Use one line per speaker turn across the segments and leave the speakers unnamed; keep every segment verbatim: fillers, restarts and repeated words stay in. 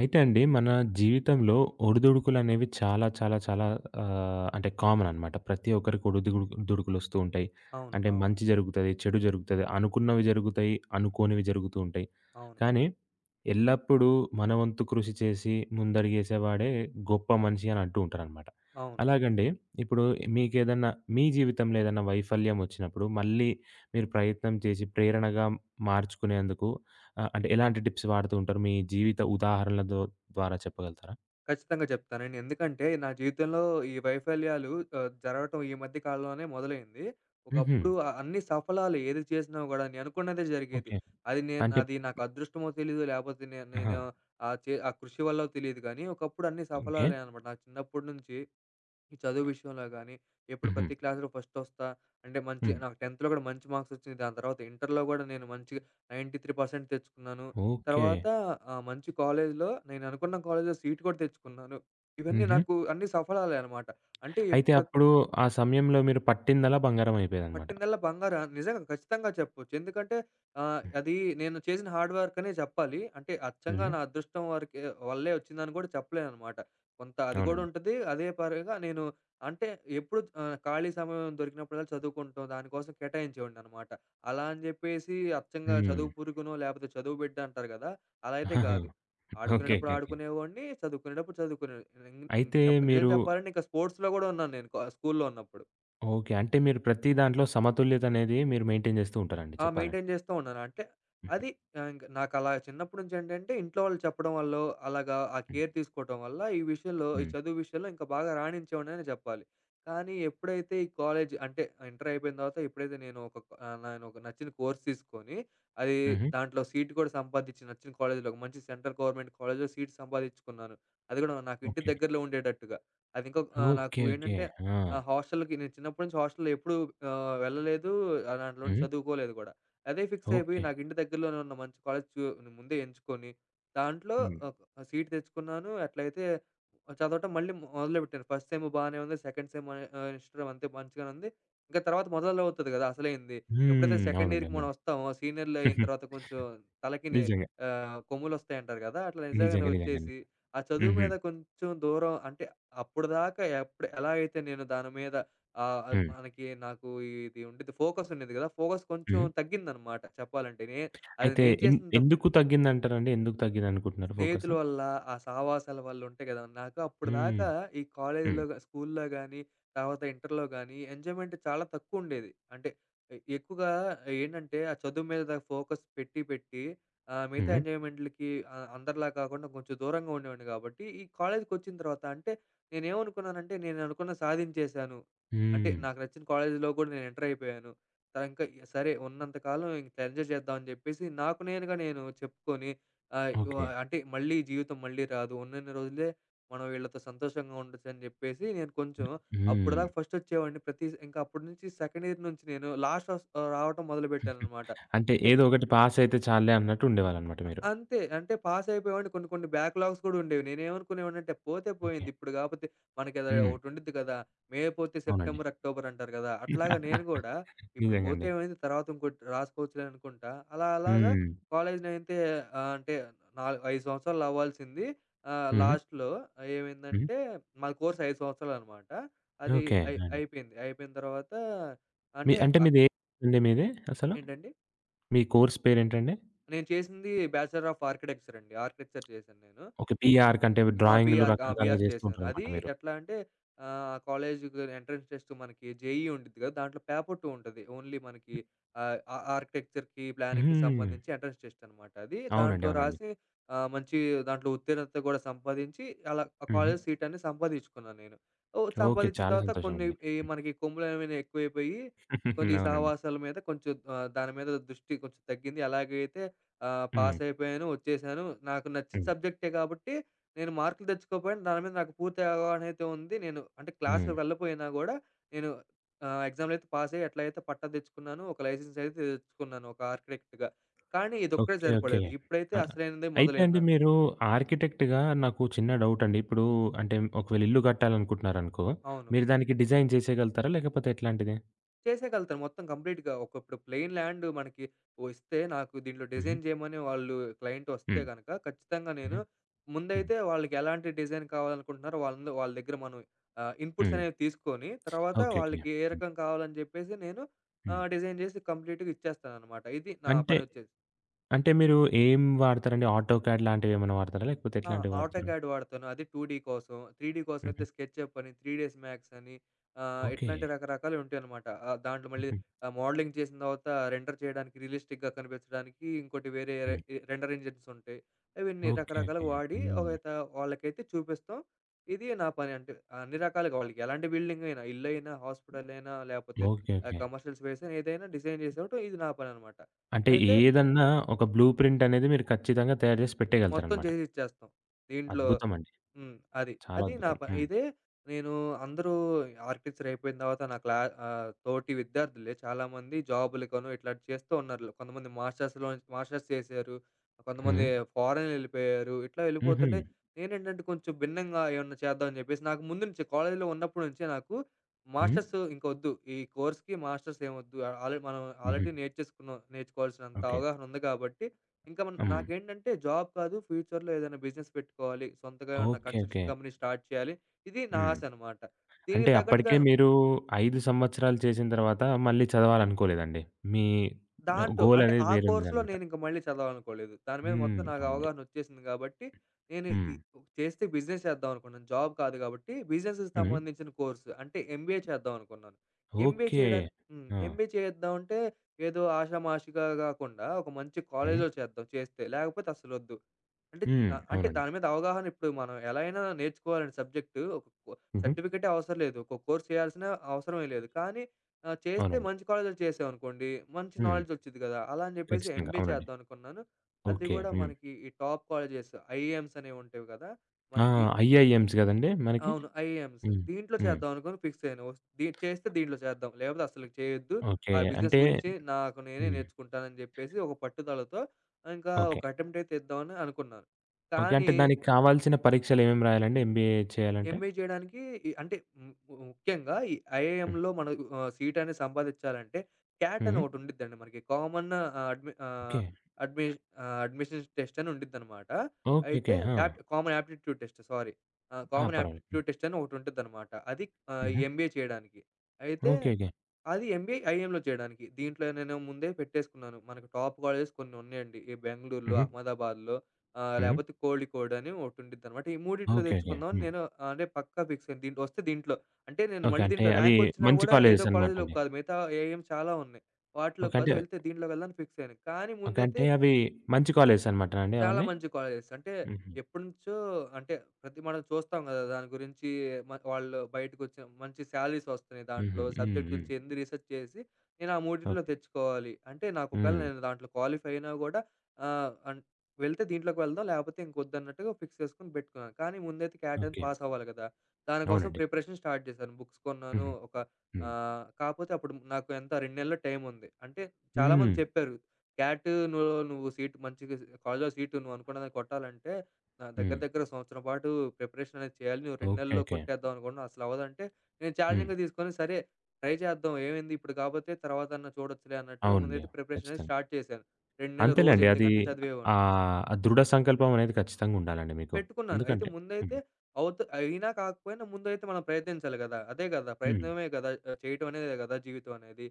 అయితే అండి మన జీవితంలో ఒడిదుడుకులనేవి చాలా చాలా చాలా ఆహ్, అంటే కామన్ అనమాట. ప్రతి ఒక్కరికి ఒడిదుడుకు దుడుకులొస్తూ ఉంటాయి.
అవును.
అంటే
అవును.
మంచి జరుగుతది, చెడు జరుగుతది, అనుకున్నవి జరుగుతాయి, అనుకోనివి జరుగుతూ ఉంటాయి.
అవును.
కానీ ఎల్లప్పుడూ మన వంతు కృషి చేసి ముందడుగేసేవాడే గొప్ప మనిషి అని అంటూ ఉంటారనమాట.
అవును.
అలాగండి ఇప్పుడు మీకేదన్నా మీ జీవితంలో ఏదన్నా వైఫల్యం ఒచ్చినప్పుడు మళ్ళీ మీరు ప్రయత్నం చేసి ప్రేరణగా మార్చుకునేందుకు ఆ! అంటే ఎలాంటి టిప్స్ వాడుతూ ఉంటారు? మీ జీవిత ఉదాహరణలతో ద్వారా చెప్పగలుగుతారా?
ఖచ్చితంగా చెప్తానండి. ఎందుకంటే, నా జీవితంలో ఈ వైఫల్యాలు ఆహ్, జరగటం ఈ మధ్య కాలంలోనే మొదలైంది.
హుహు.
ఒకప్పుడు అ అన్ని సఫలాలు ఏది చేసినా గూడా నేను అనుకున్నదే జరిగేది.
ఓకే.
అది నేను
అంటే
అది నాకు అదృష్టమో తెలీదు, లేపోతే నే
ఆహా!
నేను ఆ చే ఆ కృషి వల్లో తెలీదు గానీ, ఒకప్పుడు అన్ని
ఓకే.
సఫలాలే అనమాట. నాకు చిన్నప్పటి నుంచి ఈ చదువు విషయంలో గానీ, ఎప్పుడు
హుహు.
ప్రతి క్లాస్‌లో ఫస్ట్ వస్తా, అంటే మంచి
హ్మ్.
నాకు 10థ్‌లో కూడా మంచి మార్క్స్ వచ్చినియి. దాని తర్వాత ఇంటర్‌లో కూడా నేను మంచిగా తొంభై మూడు శాతం తెచ్చుకున్నాను.
ఓకే.
తర్వాత ఆహ్, మంచి కాలేజ్‌లో నేను అనుకున్న కాలేజ్‌లో సీట్ కూడా తెచ్చుకున్నాను. ఇవన్నీ
హుహు.
నాకు అన్నీ సఫలాలే అనమాట. అంటే ఎప్
అయితే అప్పుడు ఆ సమయంలో మీరు పట్టిందల్లా బంగారం అయిపోయేదనమాట.
పట్టిందల్లా బంగారం. నిజంగా ఖచ్చితంగా చెప్పొచ్చు. ఎందుకంటే ఆహ్,
హ్మ్.
అది నేను చేసిన హార్డ్ వర్క్ అనే చెప్పాలి. అంటే అచ్చంగా
హ్మ్.
నా అదృష్టం వరకే వల్లే వచ్చిందని కూడా చెప్పలేననమాట. కొంత అది కూడా
అవునండి.
ఉంటది. అదే పరంగా నేను అంటే ఎప్పుడు ఆహ్, ఖాళీ సమయం దొరికినప్పుడల్లా చదువుకుంటాం. దానికోసం కేటాయించేవాడిననమాట. అలా అని చెప్పేసి అచ్చంగా
హ్మ్.
చదువు పురుగునో లేకపోతే చదువు బిడ్డ అంటారు కదా! అలా అయితే కాదు.
ఓకే.
ఆడుకునేటప్పుడు
ఓకే. ఓకే.
ఆడుకునేవాడిని, చదువుకునేటప్పుడు చదువుకునే ఇం ఇంక
అయితే
చెప్ప నిజం
మీరు
చెప్పాలంటే ఇంకా స్పోర్ట్స్‌లో కూడా ఉన్నాను నేను కా స్కూల్లో ఉన్నప్పుడు.
ఓకే. అంటే మీరు ప్రతి దాంట్లో సమతుల్యత అనేది మీరు మెయింటైన్ చేస్తూ ఉంటారండి
ఆ!
చెప్పాలంటే.
మెయింటైన్ చేస్తూ ఉన్నాను. అంటే
హుహు.
అది ఆహ్, ఇంక నాకు అలా చిన్నప్పటి నుంచి ఏంటంటే ఇంట్లో వాళ్ళు చెప్పడం వల్లో, అలాగా ఆ
హ్మ్.
కేర్ తీసుకోవటం వల్ల ఈ విషయంలో, ఈ
హ్మ్.
చదువు విషయంలో ఇంకా బాగా రాణించేవాడిననే చెప్పాలి. కానీ ఎప్పుడైతే ఈ కాలేజ్ అంటే ఇంటర్ అయిపోయిన తర్వాత ఎప్పుడైతే నేను ఒక ఆహ్, నేను ఒక నచ్చిన కోర్స్ తీసుకొని, అది
హుహు.
దాంట్లో సీట్ కూడా సంపాదించి నచ్చిన కాలేజ్‌లో ఒక మంచి సెంట్రల్ గవర్నమెంట్ కాలేజ్‌లో సీట్ సంపాదించుకున్నాను. అది కూడా నాకు ఇంటి
ఓకే. ఓకే.
దగ్గరలో ఉండేటట్టుగా. అది ఇంకా ఆహ్, నాకు
ఓకే. ఓకే.
ఏంటంటే
ఆ!
ఆ! హాస్టల్‌కి నేను చిన్నప్పటి నుంచి హాస్టల్‌లో ఎప్పుడూ ఆహ్, వెళ్ళలేదు. ఆహ్, దాంట్లో నుంచి
హ్మ్.
చదువుకోలేదు కూడా. అదే ఫిక్స్ అయిపోయి
ఓకే.
నాకు ఇంటి దగ్గరలోనే ఉన్న మంచి కాలేజ్ చూ ముందే ఎంచుకొని, దాంట్లో
హ్మ్.
ఆహ్, సీట్ తెచ్చుకున్నాను. అట్లయితే చదవటం మళ్ళీ మొదలుపెట్టాను. ఫస్ట్ సెమ్ బానే ఉంది. సెకండ్ సెమ్ ఆహ్, ఇష్టం అంతే మంచిగానే ఉంది. ఇంకా తర్వాత మొదలవుతది కదా! అసలైంది. ఎప్పుడైతే
హ్మ్.
సెకండ్
అవునండి.
ఇయర్‌కి మనం
అవునండి.
వస్తామో, సీనియర్‌లు అయిన తర్వాత కొంచెం తలకి
నిజంగా.
ఆహ్, కొమ్ములొస్తాయంటారు కదా! అట్లా నిజంగానే
నిజంగా. నిజంగండి.
వచ్చేసి, ఆ చదువు
హుహు.
మీద కొంచెం దూరం అంటే అప్పటిదాకా ఎప్పుడు ఎలా అయితే నేను దాని మీద ఆహ్, ఆహ్,
హ్మ్.
మనకి నాకు ఇది ఉండిద్ది ఫోకస్ ఉండిద్ది గదా! ఫోకస్ కొంచెం
హ్మ్.
తగ్గిందనమాట చెప్పాలంటే. నే అది
అయితే
నేను
ఎన్
చేసిన తప్పే.
ఎందుకు తగ్గిందంటారండి? ఎందుకు తగ్గిందనుకుంటున్నారు ఫోకస్?
స్నేహితుల వల్ల, ఆ సావాసాల వల్ల ఉంటాయి గదా! నాకు
హ్మ్.
అప్పటిదాకా ఈ
హ్మ్.
కాలేజీలో గా స్కూల్లో గానీ, తర్వాత ఇంటర్‌లో గానీ ఎంజాయ్‌మెంట్ చాలా తక్కువుండేది. అంటే ఎ ఎక్కువగా ఏంటంటే, ఆ చదువు మీద ఫోకస్ పెట్టి పెట్టి ఆహ్, మిగతా
హ్మ్.
ఎంజాయ్‌మెంట్‌లకి ఆహ్, అందరిలా కాకుండా కొంచెం దూరంగా ఉండేవాడిని కాబట్టి, ఈ కాలేజ్‌కొచ్చిన తర్వాత అంటే నేనేమనుకున్నానంటే, నేను అనుకున్నది సాధించేశాను. అంటే
హ్మ్.
నాకు నచ్చిన కాలేజీలో కూడా నేను ఎంటర్ అయిపోయాను. త ఇంకా సరే ఉన్నంత కాలం ఇంక ఎంజాయ్ చేద్దాం అని జెప్పేసి నాకు నేనుగా నేను చెప్పుకొని ఆహ్, వ
ఓకే.
అంటే మళ్ళీ జీవితం మళ్ళీ రాదు. ఉన్నన్ని రోజులే మనం వీళ్ళతో సంతోషంగా ఉండొచ్చని జెప్పేసి నేను కొంచెం
హ్మ్. హ్మ్.
అప్పటిదాకా ఫస్ట్ వచ్చేవాడిని. ప్రతి ఇంకా అప్పటి నుంచి సెకండ్ ఇయర్ నుంచి నేను లాస్ట్ వస్ ఆహ్, రావటం మొదలుపెట్టాననమాట.
అంటే
అంటే
ఏదో ఒకటి పాస్ అయితే చాలులే అన్నట్టు ఉండేవాళ్ళనమాట
అ
మీరు.
అంతే. అంటే పాస్ అయిపోయేవాడిని. కొన్ని కొన్ని బ్యాక్‌లాగ్స్ కూడా ఉండేవి. నేనేమనుకునేవాడినంటే పోతే
ఓకే.
పోయింది. ఇప్పుడు కాపోతే మనకి అది
హ్మ్.
ఒకటి ఉండిద్ది కదా! మే పోతే
అవునండి.
సెప్టెంబర్, అక్టోబర్ అంటారు కదా! అట్లాగా నేను కూడా ఇప్పుడు పోతే
నిజంగండి.
ఏమైంది తర్వాత ఇంకోటి రాసుకోవచ్చులే అనుకుంటా. అలా అలాగా
హ్మ్.
కాలేజ్ నైన్తే ఆహ్, అంటే నాలుగు, ఐదు సంవత్సరాలు అవ్వాల్సింది ఆహ్,
హ్మ్.
లాస్ట్‌లో
హ్మ్.
ఏమైందంటే మా కోర్స్ ఐదు సంవత్సరాలనమాట. అది
ఓకే.
అయి
అండి.
అయిపోయింది. అయిపోయిన తర్వాత
మీ
అంటే
అంటే
ఆహ్,
మీదే అండి మీది అసలు?
ఏంటండి?
మీ కోర్స్ పేరేంటండి?
నేను చేసింది బ్యాచలర్ ఆఫ్ ఆర్కిటెక్చర్ అండి. ఆర్కిటెక్చర్ చేశాను నేను.
ఓకే. పీఆర్‌కంటే
ఆ!
డ్రాయింగులు
బీఆర్‌కి. ఆ!
రకరకాలుగా
బీఆర్‌కి
జేస్తూ
చేశాను.
ఉంటారనమాట
అది
మీరు.
ఎట్లా అంటే ఆహ్, కాలేజీకి ఎంట్రన్స్ టెస్ట్ మనకి జేఈఈ ఉండిద్ది కదా! దాంట్లో పేపర్ టూ ఉంటది. ఓన్లీ మనకి ఆహ్, ఆ ఆర్కిటెక్చర్‌కి, ప్లానింగ్‌కి
హ్మ్.
సంబంధించి ఎంట్రన్స్ టెస్ట్ అనమాట అది.
అవునండి.
దాంట్లో
అవునండి.
రాసి ఆహ్, మంచి దాంట్లో ఉత్తీర్ణత కూడా సంపాదించి అలా ఆ
హుహు.
కాలేజ్ సీట్ అనేది సంపాదించుకున్నాను నేను. ఓ
ఓకే.
సంపాదించిన
చాలా
తర్వాత కొన్ని
సంతోషమండి.
ఈ మనకి కొమ్ములనేవి ఎక్కువైపోయి, కొన్ని ఈ
అవునండి.
సహవాసాల మీద కొంచెం ఆహ్, దాని మీద దృష్టి కొంచెం తగ్గింది. ఎలాగైతే ఆహ్,
హ్మ్.
పాస్ అయిపోయాను, వచ్చేసాను. నాకు నచ్చిన
హ్మ్.
సబ్జెక్టే కాబట్టి నేను మార్కులు తెచ్చుకోకపోయినా దాని మీద నాకు పూర్తి అవగాహన అయితే ఉంది. నేను అంటే క్లాస్‌లో
హ్మ్.
వెళ్ళపోయినా గూడా నేను ఆహ్, ఎగ్జామ్‌లో అయితే పాస్ అయ్యి ఎట్లయితే పట్టా తెచ్చుకున్నాను. ఒక లైసెన్స్ అయితే తెచ్చుకున్నాను ఒక ఆర్కిటెక్ట్‌గా. కానీ ఇదొక్కటే
ఓకే. ఓకే.
సరిపడలేదు. ఇప్పుడైతే
ఆ!
అసలైనదే
అయితే
మొదలైంది
అండి
నాకు.
మీరు ఆర్కిటెక్ట్‌గా నాకు చిన్న డౌటండి. ఇప్పుడు అంటే ఒకవేళ ఇల్లు కట్టాలనుకుంటున్నారనుకో,
అవును.
మీరు దానికి డిజైన్ చేసేయగలుగుతారా? లేకపోతే ఎట్లాంటిది?
చేసేయగలుగుతాను మొత్తం కంప్లీట్‌గా. ఒక ఇప్పుడు ప్లెయిన్ ల్యాండ్ మనకి ఓ ఇస్తే నాకు దీంట్లో
హుహు.
డిజైన్ చేయమని వాళ్ళు క్లయింట్ వస్తే
హ్మ్.
గనక ఖచ్చితంగా నేను
హుహు. హ్మ్.
ముందైతే వాళ్ళకి ఎలాంటి డిజైన్ కావాలనుకుంటున్నారో వాళ్ళంద వాళ్ళ దగ్గర మనం ఆహ్, ఇన్‌పుట్స్
హ్మ్.
అనేవి తీసుకొని తర్వాత
ఓకే. ఓకే. హ్మ్.
వాళ్ళకి ఏ రకం కావాలని చెప్పేసి నేను
హ్మ్.
ఆహ్, డిజైన్ చేసి కంప్లీట్‌గా ఇచ్చేస్తాననమాట. ఇది నా
అంటే,
పనొచ్చేసి.
అంటే మీరు ఏం వాడతారండి? ఆటో క్యాడ్ లాంటివేమన్నా వాడతారా? లేకపోతే
ఆ!
ఎట్లాంటివి వాడతారు?
ఆటోకాడ్ వాడతాను. అది 2డీ కోసం. 3డీ కోసం
హుహు.
అయితే స్కెచ్‌అప్ అని, త్రీ డేస్ మ్యాక్స్ అని ఆహ్,
ఓకే.
ఇట్లాంటి రకరకాలుంటాయనమాట. ఆహ్, దాంట్లో మళ్ళీ
హుహు.
ఆహ్, మోడలింగ్ చేసిన తర్వాత రెండర్ చేయడానికి రియలిస్టిక్‌గా కనిపించడానికి ఇంకోటి వేరే రె
హ్మ్.
రెండర్ ఇంజిన్స్ ఉంటాయి. అవన్నీ
ఓకే. ఓకే.
రకరకాలుగా వాడి
హ్మ్.
ఒకత వాళ్ళకైతే చూపిస్తాం. ఇది నా పని అంటే అన్ని రకాలుగా వాళ్ళకి ఎలాంటి బిల్డింగ్ అయినా ఇల్లైనా, హాస్పిటల్ అయినా లేకపోతే
ఓకే.
ఆహ్,
ఓకే.
కమర్షియల్ స్పేస్ అయినా ఏదైనా డిజైన్ చేసేయటం ఇది నా పననమాట.
అంటే
అయితే
ఏదన్నా ఒక బ్లూ ప్రింట్ అనేది మీరు ఖచ్చితంగా తయారు చేసి
మొత్తం
పెట్టేయగలుగుతారనమాట.
చేసి ఇచ్చేస్తాం. దీంట్లో
అద్భుతం అండి.
హ్మ్. అది.
చాలా
అది నా
అద్భుతం.
ప
హ్మ్.
ఇదే నేను అందరూ ఆర్కిటెక్చర్ అయిపోయిన తర్వాత నా క్లా ఆహ్, తోటి విద్యార్థులే చాలామంది జాబులకనో ఇట్లాంటి చేస్తూ ఉన్నారు. కొంతమంది మాస్టర్స్‌లో మాస్టర్స్ చేశారు. కొంతమంది
హ్మ్.
ఫారెన్ ఎళ్ళిపోయారు. ఇట్లా
హుహు.
వెళ్ళిపోతుంటే నేనేంటంటే కొంచెం భిన్నంగా ఏమన్నా చేద్దాం అని చెప్పేసి నాకు ముందు నుంచి కాలేజీలో ఉన్నప్పటి నుంచే నాకు
హ్మ్.
మాస్టర్స్ ఇంకొద్దు. ఈ కోర్స్‌కి మాస్టర్స్ ఏమొద్దు. ఆల్రెడీ మనం
హుహు.
ఆల్రెడీ నేర్చేసుకున్నాం. నేర్చుకోవాల్సినంత
ఓకే.
అవగాహన ఉంది కాబట్టి ఇంకా మన
హ్మ్.
నాకేంటంటే జాబ్ కాదు. ఫ్యూచర్‌లో ఏదైనా బిజినెస్ పెట్టుకోవాలి. సొంతగా ఏమన్నా
okay. Okay.
Construction company start చేయాలి. ఇది నా
హ్మ్.
ఆశ అనమాట. దీనికి
అంటే
తగ్గట్టుగా
అప్పటికే మీరు ఐదు సంవత్సరాలు చేసిన తర్వాత మళ్ళీ చదవాలనుకోలేదండి. మీ న
దాంట్లో
గోల్
అంటే
అనేది
ఆ
వేరే
కోర్స్‌లో
ఉందనమాట.
నేనింక మళ్ళీ చదవాలనుకోలేదు. దాని మీద మొత్తం
హ్మ్.
నాకు
అవునండి.
అవగాహన వచ్చేసింది కాబట్టి, నేను
హ్మ్.
ఈ చేస్తే బిజినెస్ చేద్దాం అనుకున్నాను. జాబ్ కాదు కాబట్టి బిజినెస్‌కి
హ్మ్.
సంబంధించిన కోర్స్ అంటే ఎంబీఏ చేద్దాం అనుకున్నాను. MBA
okay.
చేయడాని హ్మ్.
ఆ!
ఎంబీఏ చేద్దాం అంటే ఏదో ఆషామాషీగా గాకుండా ఒక మంచి
హ్మ్.
కాలేజ్‌లో చేద్దాం చేస్తే. లేకపోతే అసలొద్దు. అంటే
హ్మ్.
ఆహ్, అంటే
అవునండి.
దాని మీద అవగాహన ఇప్పుడు మనం ఎలా అయినా నేర్చుకోవాలండి సబ్జెక్టు. ఒక కో
హుహు.
సర్టిఫికేటే అవసరం లేదు. ఒక కోర్స్ చేయాల్సిన అవసరమే లేదు. కానీ ఆహ్, చేస్తే
అవునండి.
మంచి కాలేజ్‌లో చేసామనుకోండి, మంచి
హ్మ్.
నాలెడ్జ్ వచ్చిద్ది కదా! అలా అని చెప్పేసి
ఖచ్చితంగా.
ఎంబీఏ
అవునండి.
చేద్దాం అనుకున్నాను. అది
ఓకే.
కూడా
హ్మ్.
మనకి ఈ టాప్ కాలేజెస్ ఐఐఎమ్స్ అనేవి ఉంటాయి కదా!
ఆ!
మనకి
ఐఐఎమ్స్ గదండీ మనకి?
అవును. ఐఏఎమ్స్.
హ్మ్.
దీంట్లో
హ్మ్.
చేద్దాం అనుకోని ఫిక్స్ అయ్యాను. వస్ దీ చేస్తే దీంట్లో చేద్దాం. లేకపోతే అస్సలకి చేయొద్దు.
ఓకే.
ఆ బిజినెస్
అంటే
గురించి నాకు నేనే
హ్మ్.
నేర్చుకుంటానని జెప్పేసి ఒక పట్టుదలతో ఇంకా
ఓకే.
ఒక అటెంప్ట్ అయితే ఇద్దామని అనుకున్నాను.
ఓకే.
కానీ
అంటే దానికి కావాల్సిన పరీక్షలు ఏమేమి రాయాలండి? ఎంబీఏ చేయాలంటే?
ఎంబీఏ చేయడానికి ఈ అంటే ము ము- ముఖ్యంగా ఈ
హ్మ్.
ఐఐఎంలో మనం ఆహ్, సీట్ అనేది సంపాదించాలంటే క్యాట్ అని
హ్మ్.
ఒకటి ఉండిద్దండి మనకి. కామన్ అడ్మి ఆహ్,
ఓకే.
అడ్మి ఆహ్, అడ్మిషన్ టెస్ట్ అని ఉండిద్దనమాట.
ఓకే.
అయితే
ఓకే. ఆ!
App common aptitude test sorry. ఆ!
ఆ!
కామన్
పర్వాలేదు. హ్మ్.
యాప్టిట్యూడ్ టెస్ట్ అని ఒకటి ఉంటుందనమాట. అది ఆహ్,
హుహు.
ఎంబీఏ చేయడానికి. అయితే
ఓకే. ఓకే.
అది ఎంబీఏ ఐఎంలో చేయడానికి. దీంట్లో నేను ముందే పెట్టేసుకున్నాను. మనకు టాప్ కాలేజెస్ కొన్ని ఉన్నాయండి. ఈ బెంగుళూరులో,
హుహు.
అహ్మదాబాద్‌లో ఆహ్,
హ్మ్.
లేపోతే కోళికోడ్ అని ఒకటుండిద్దనమాట. ఈ మూడిట్లో
ఓకే. ఓకే.
తెచ్చుకుందాం అని
హ్మ్.
నేను ఆహ్, అంటే పక్కా ఫిక్స్ అయ్యాను. దీంట్లో వస్తే దీంట్లో. అంటే నేను
ఓకే.
మళ్ళీ
అంటే
దీంట్లో
అవి
ర్యాంక్ వచ్చినా
మంచి
గూడా
కాలేజెస్
ఏదో
అనమాట
కాలేజ్‌లోకి
అండి.
కాదు. మిగతా ఏఐఎమ్స్ చాలా ఉన్నాయి.
ఓకే.
వాటిలోకి
అంటే
కాదు వెళ్తే దీంట్లోకెళ్దామని ఫిక్స్ అయ్యాను. కానీ
ఓకే.
ముందైతే
అంటే అవి మంచి కాలేజెస్ అనమాటనా అండి
చాలా
అవన్నీ?
మంచి కాలేజెస్. అంటే
హుహు.
ఎప్పటినుంచో అంటే ప్రతి మనం చూస్తాం గదా! దాని గురించి మ వాళ్ళు బయటకొచ్చిన మంచి సాలరీస్ వస్తున్నాయి
హుహు.
దాంట్లో.
హ్మ్.
సబ్జెక్ట్
హ్మ్.
గురించి ఎన్ని రీసెర్చ్ చేసి నేను ఆ మూడిట్లో
ఓకే.
తెచ్చుకోవాలి. అంటే నాకు ఒకవేళ
హ్మ్.
నేను దాంట్లో క్వాలిఫై అయినా గూడా ఆహ్, అన్ వెళ్తే దీంట్లోకి వెళ్దాం లేపోతే ఇంకొద్దన్నట్టుగా ఫిక్స్ చేసుకొని పెట్టుకున్నాను. కానీ ముందైతే క్యాట్ అని
ఓకే.
పాస్ అవ్వాలి గదా! దానికోసం
అవునండి.
ప్రిపరేషన్ స్టార్ట్ చేశాను. బుక్స్ కొన్నాను.
హుహు.
ఒక
హ్మ్.
ఆహ్, కాపోతే అప్పుడు నాకు ఎంత రెండు నెలలు టైం ఉంది. అంటే
హ్మ్.
చాలామంది చెప్పారు క్యాటు నువ్వు నువ్వు సీట్ మంచిగా కాలేజ్‌లో సీటు నువ్వు అనుకున్నదాన్ని కొట్టాలంటే ఆహ్, దగ్గర
హ్మ్.
దగ్గర సంవత్సరం పాటు ప్రిపరేషన్ అనేది చేయాలి. నువ్వు రెండు
ఓకే.
నెలల్లో
ఓకే.
కొట్టేద్దాం అనుకున్నావు. అసలు అవ్వదంటే నేను
హ్మ్.
ఛాలెంజింగ్‌గా తీసుకొని సరే ట్రై చేద్దాం. ఏమైంది ఇప్పుడు కాకపోతే తర్వాతన్నా చూడొచ్చులే అన్నట్టుగా
అవునండి.
ముందైతే ప్రిపరేషన్ అనేది
ఖచ్చితంగా.
స్టార్ట్ చేశాను. రెండు నెలలు రోజు
అంతేలేండి.
ఎనిమిది
అది
గంటలు చదివేవాడిని.
ఆహ్, ఆ దృఢ సంకల్పం అనేది ఖచ్చితంగా ఉండాలండి మీకు.
పెట్టుకున్నాను. అయితే
ఎందుకంటే
ముందైతే
హ్మ్.
అవుత్ అయినా కాకపోయినా ముందైతే మనం ప్రయత్నించాలి గదా! అదే గదా!
హ్మ్.
ప్రయత్నమే గదా! ఆహ్, చేయటం అనేదే గదా! జీవితం అనేది.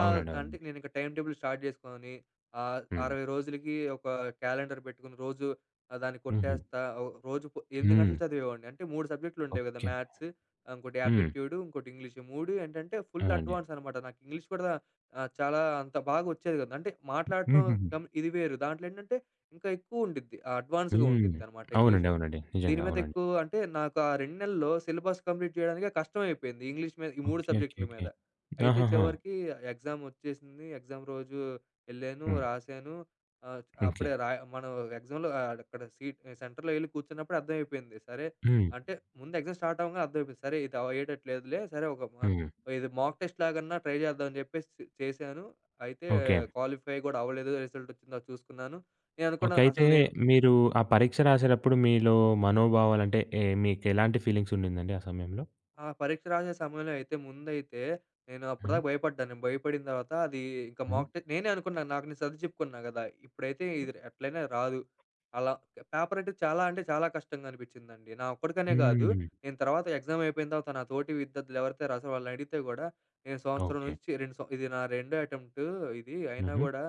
ఆహ్,
అవునండి.
అంటే
అవునండి.
నేనింక టైమ్ టేబుల్ స్టార్ట్ జేసుకొని ఆహ్,
హ్మ్.
అరవై రోజులకి ఒక క్యాలెండర్ పెట్టుకొని రోజు ఆహ్, దాన్ని
హుహు.
కొట్టేస్తా. ఓ రోజు పొ ఎనిమిది
హ్మ్.
గంటలు చదివేవాడిని. అంటే మూడు సబ్జెక్టులుండేవి గదా!
ఓకే.
మ్యాథ్స్, ఆహ్, ఇంకోటి
హ్మ్.
యాప్టిట్యూడ్, ఇంకోటి ఇంగ్లీష్. ఈ మూడు ఏంటంటే ఫుల్
అవునండి.
అడ్వాన్స్ అనమాట. నాకు ఇంగ్లీష్ కూడా ఆహ్, చాలా అంత బాగొచ్చేది గాదు. అంటే మాట్లాడటం
హుహుహు.
కం ఇది వేరు. దాంట్లో ఏంటంటే ఇంకా ఎక్కువుండిద్ది. ఆహ్, అడ్వాన్స్‌గా
హ్మ్.
ఉండిద్దనమాట ఇంగ్లీష్.
అవునండి. అవునండి.
దీని
నిజంగా.
మీద
అవునండి.
ఎక్కువ అంటే నాకు ఆ రెండు నెలల్లో సిలబస్ కంప్లీట్ చేయడానికే కష్టమైపోయింది. ఇంగ్లీష్ మీద ఈ మూడు
ఓకే. ఓకే.
సబ్జెక్టుల
ఓకే.
మీద. అయితే
ఆహాహా!
చివరికి ఎగ్జామ్ ఒచ్చేసింది. ఎగ్జామ్ రోజు ఎళ్ళాను,
హ్మ్.
రాసాను. ఆహ్,
ఓకే.
అప్పుడే రా మనం ఎగ్జామ్‌లో ఆహ్, అక్కడ సీట్ సెంటర్‌లో ఎళ్లి కూర్చున్నప్పుడే అర్థమైపోయింది. సరే
హ్మ్.
అంటే ముందు ఎగ్జామ్ స్టార్ట్ అవ్వంగానే అర్థమైపోయింది. సరే ఇది అయ్యేటట్లేదులే. సరే ఒక మన
హ్మ్.
ఇది మాక్ టెస్ట్ లాగన్నా ట్రై చేద్దాం అని చెప్పేసి చేశాను. అయితే
ఓకే.
క్వాలిఫై గూడా అవ్వలేదు. రిజల్ట్ ఒచ్చిందా చూసుకున్నాను. నేననుకున్నా
ఓకే. అయితే
అసలు నేను
మీరు ఆ పరీక్ష రాసేటప్పుడు మీలో మనోభావాలు అంటే ఏ మీకెలాంటి ఫీలింగ్స్ ఉండిందండి ఆ సమయంలో?
ఆ పరీక్ష రాసే సమయంలో అయితే ముందైతే నేను
హ్మ్.
అప్పటిదాకా భయపడ్డాను. నేను భయపడిన తర్వాత అది ఇంకా
హ్మ్.
మాక్ టె నేనే అనుకున్నాను. నాకు నేను సర్ది చెప్పుకున్నా గదా! ఇప్పుడైతే ఇది ఎట్లైనా రాదు. అలా పేపర్ అంటే చాలా అంటే చాలా కష్టంగా అనిపించిందండి. నా ఒక్కడికనే గాదు.
హ్మ్.
నేను తర్వాత ఎగ్జామ్ అయిపోయిన తర్వాత నా తోటి విద్యార్థులు ఎవరైతే రాసారో వాళ్ళని అడిగితే గూడా నేను సంవత్సరం
ఓకే.
నుంచి రెండు సం ఇది నా రెండో అటెంప్ట్ ఇది. అయినా
హుహు.
గూడా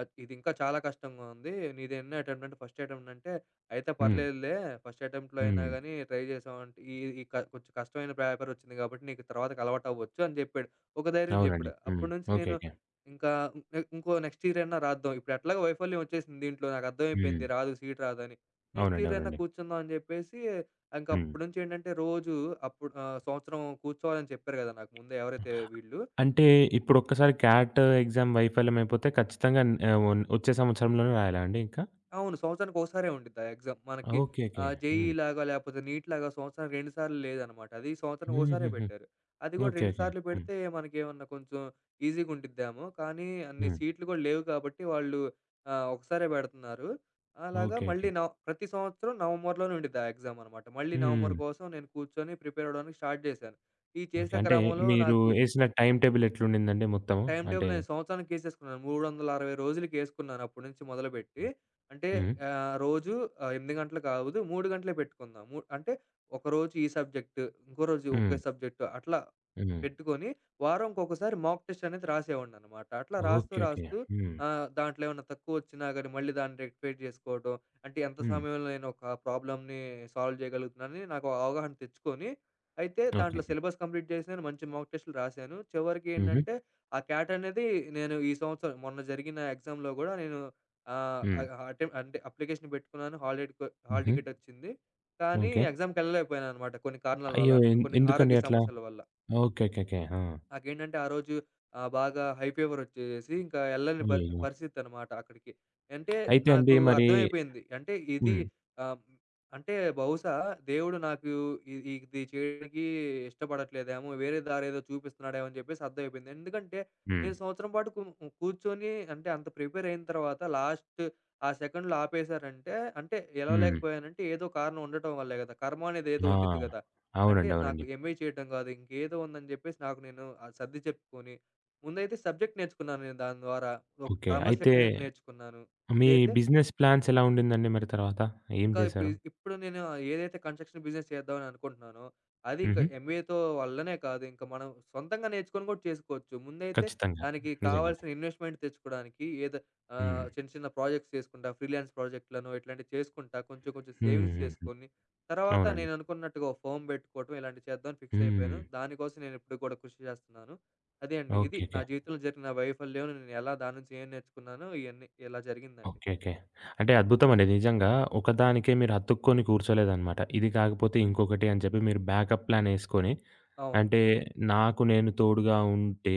ఆహ్, ఇది ఇంకా చాలా కష్టంగా ఉంది. నీది ఎన్నో అటెంప్ట్ అంటే ఫస్ట్ అటెంప్ట్ అంటే అయితే
హ్మ్.
పర్లేదులే. ఫస్ట్ అటెంప్ట్‌లో అయినా
హ్మ్.
గాని ట్రై చేసావంటే ఈ ఈ క కొంచెం కష్టమైన పేపర్ వచ్చింది కాబట్టి నీకు తర్వాతకి అలవాటవ్వచ్చు అని చెప్పాడు. ఒక ధైర్యం
అవునండి.
చెప్పాడు.
హ్మ్.
అప్పటినుంచి
ఓకే.
నేను
ఓకే.
ఇంకా నె ఇంకో నెక్స్ట్ ఇయర్ అయినా రాద్దాం. ఇప్పుడు ఎట్లాగో వైఫల్యం వచ్చేసింది దీంట్లో నాకు
హ్మ్.
అర్థమైపోయింది రాదు సీట్ రాదని. నెక్స్ట్
అవునండి.
ఇయర్ అయినా
అవునండి.
కూర్చుందాం అని చెప్పేసి ఇంక
హ్మ్.
అప్పటినుంచి ఏంటంటే రోజు అప్పుడు ఆహ్, సంవత్సరం కూర్చోవాలని చెప్పారు కదా! నాకు ముందే ఎవరైతే వీళ్ళు.
అంటే ఇప్పుడొక్కసారి క్యాట్ ఎగ్జామ్ వైఫల్యమైపోతే ఖచ్చితంగా న్ ఆహ్, ఒన్ వచ్చే సంవత్సరంలోనే రాయాలా అండి ఇంకా?
అవును. సంవత్సరానికి ఒకసారే ఉండిద్ది ఆ ఎగ్జామ్. మనకి
ఓకే. ఓకే.
ఆహ్, జేఈఈ
హ్మ్.
లాగా లేపోతే నీట్ లాగా సంవత్సరానికి రెండు సార్లు లేదనమాట. అది సంవత్సరానికి ఒకసారే
హుహుహు.
పెట్టారు. అది కూడా
ఓకే.
రెండు
ఓకే.
సార్లు
హ్మ్.
పెడితే మనకేమన్నా కొంచెం ఈజీగా ఉండిద్దేమో. కానీ అన్ని
హ్మ్.
సీట్లు కూడా లేవు కాబట్టి వాళ్ళు ఆహ్, ఒకసారే పెడుతున్నారు. అలాగా
ఓకే. ఓకే.
మళ్ళీ నవ ప్రతి సంవత్సరం నవంబర్‌లోనే ఉండిద్ది ఆ ఎగ్జామ్ అనమాట. మళ్ళీ నవంబర్
హ్మ్.
కోసం నేను కూర్చొని ప్రిపేర్ అవ్వడానికి స్టార్ట్ చేశాను. ఈ
ఓకే.
చేసే
అంటే
క్రమంలో
మీరు
నాకు
ఏసిన టైమ్ టేబుల్ ఎట్లుండిందండి మొత్తము?
టైమ్
అంటే
టేబుల్ నేను సంవత్సరానికేసేసుకున్నాను. మూడు వందల అరవై రోజులకేసుకున్నాను అప్పటి నుంచి మొదలుపెట్టి. అంటే
హ్మ్.
ఆహ్, రోజు ఆహ్, ఎనిమిది గంటలు కాదు మూడు గంటలే పెట్టుకుందాం. ము అంటే ఒకరోజు ఈ సబ్జెక్టు, ఇంకో రోజు ఒకే
హ్మ్.
సబ్జెక్టు అట్లా
హ్మ్.
పెట్టుకొని వారంకొకసారి మాక్ టెస్ట్ అనేది రాసేవాడిననమాట. అట్లా రాస్తూ
ఓకే. ఓకే.
రాస్తూ
హ్మ్.
ఆహ్, దాంట్లో ఏమన్నా తక్కువొచ్చినా గానీ మళ్ళీ దాన్ని రెక్టిఫై చేసుకోవటం. అంటే ఎంత
హ్మ్.
సమయంలో నేను ఒక ప్రాబ్లమ్‌ని సాల్వ్ చేయగలుగుతున్నానని నాకు అవగాహన తెచ్చుకొని, అయితే
ఓకే.
దాంట్లో సిలబస్ కంప్లీట్ చేశాను. మంచి మాక్ టెస్ట్‌లు రాశాను. చివరికి
హుహు.
ఏంటంటే ఆ క్యాట్ అనేది నేను ఈ సంవత్సరం మొన్న జరిగిన ఎగ్జామ్‌లో గూడా నేను ఆహ్,
హ్మ్.
ఆహ్, అటెం అంటే అప్లికేషన్ పెట్టుకున్నాను. హాల్ టికెట్ హాల్
హుహు.
టికెట్ వచ్చింది. కానీ
ఓకే.
ఎగ్జామ్‌కెళ్ళలేకపోయాననమాట కొన్ని కారణాల
అయ్యో!
వల్ల.
ఎన్
కొన్ని
ఎందుకండి
ఆరోగ్య
అట్లా?
సమస్యల వల్ల.
ఓకే. ఓకే. ఓకే. ఆ!
నాకేంటంటే ఆ రోజు ఆహ్, బాగా హై ఫీవర్ వచ్చేసేసి ఇంకా ఎళ్ళని ప
అయ్యయ్యో!
పరిస్థితనమాట అక్కడికి. అంటే
అయితే అండి
నాకు
మరి
అర్థమైపోయింది. అంటే ఇది
హ్మ్.
ఆహ్, అంటే బహుశా దేవుడు నాకు ఇ ఇ- ఇది చేయడానికి ఇష్టపడట్లేదేమో, వేరే దారేదో చూపిస్తున్నాడేమో అని చెప్పేసి అర్థమైపోయింది. ఎందుకంటే
హ్మ్.
నేను సంవత్సరం పాటు కు కూర్చొని అంటే అంత ప్రిపేర్ అయిన తర్వాత లాస్ట్ ఆ సెకండ్‌లో ఆపేశారంటే, అంటే
హ్మ్.
ఎలవలేకపోయానంటే ఏదో కారణం ఉండటం వల్లే కదా! కర్మ అనేది ఏదో
ఆ!
ఉండిద్ది కదా! అంటే
అవునండి.
నాకు
అవునండి.
ఎంఏ చేయటం కాదు. ఇంకేదో ఉందని జెప్పేసి నాకు నేను ఆహ్, సర్ది చెప్పుకొని, ముందైతే సబ్జెక్ట్ నేర్చుకున్నాను నేను దాని ద్వారా. ఒక
ఓకే. అయితే
క్రమశిక్షణ నేర్చుకున్నాను.
మీ
ఇదైతే
బిజినెస్ ప్లాన్స్ ఎలా ఉండిందండి మరి తర్వాత? ఏం
ఇంకా ఇప్పుడు
చేశారు?
ఇప్పుడు నేను ఏదైతే కన్స్ట్రక్షన్ బిజినెస్ చేద్దామని అనుకుంటున్నానో, అది ఇంకా
హుహు.
ఎంబీఏతో వల్లనే కాదు. ఇంకా మనం సొంతంగా నేర్చుకొని కూడా చేసుకోవచ్చు. ముందైతే
ఖచ్చితంగా.
దానికి
నిజంగానే.
కావాల్సిన ఇన్వెస్ట్‌మెంట్ తెచ్చుకోవడానికి ఏదో
హ్మ్.
ఆహ్, చిన్న చిన్న ప్రాజెక్ట్స్ చేసుకుంటా, ఫ్రీలాన్స్ ప్రాజెక్ట్‌లను ఇట్లాంటివి చేసుకుంటా, కొంచెం కొంచెం
హ్మ్.
సేవింగ్స్
హ్మ్. హ్మ్.
చేసుకొని, తర్వాత
అవునండి.
నేను అనుకున్నట్టుగా ఒక ఫర్మ్ పెట్టుకోవటం ఇలాంటివి చేద్దామని ఫిక్స్
హ్మ్.
అయిపోయాను. దానికోసం నేను ఇప్పటికి కూడా కృషి చేస్తున్నాను. అదే అండి. ఇది
ఓకే.
నా
ఓకే.
జీవితంలో జరిగిన వైఫల్యం. నేను ఎలా దాని నుంచి ఏం నేర్చుకున్నానో ఇయన్నీ ఇలా జరిగిందండి.
ఓకే. ఓకే. అంటే అద్భుతమండి. నిజంగా ఒకదానికే మీరు అతుక్కొని కూర్చోలేదనమాట. ఇది కాకపోతే ఇంకొకటి అని చెప్పి మీరు బ్యాకప్ ప్లాన్ ఏసుకొని,
అవును.
అంటే నాకు నేను తోడుగా ఉంటే,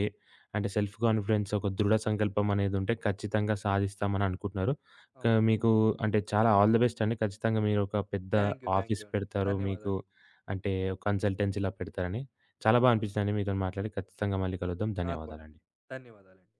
అంటే సెల్ఫ్ కాన్ఫిడెన్స్ ఒక దృఢ సంకల్పం అనేదుంటే ఖచ్చితంగా సాధిస్తామని అనుకుంటున్నారు. క
అవును.
మీకు అంటే చాలా ఆల్ ది బెస్ట్ అండి. ఖచ్చితంగా మీరు ఒక పెద్ద
thank you. Thank
office
you అండి.
పెడతారు. మీకు
ధన్యవాదాలు.
అంటే కన్సల్టెన్సీలా పెడతారని. చాలా బా అనిపించిందండి మీతోని మాట్లాడి. ఖచ్చితంగా మళ్ళీ కలుద్దాం.
నాకు కూడా అండి.
ధన్యవాదాలండి.
ధన్యవాదాలండి.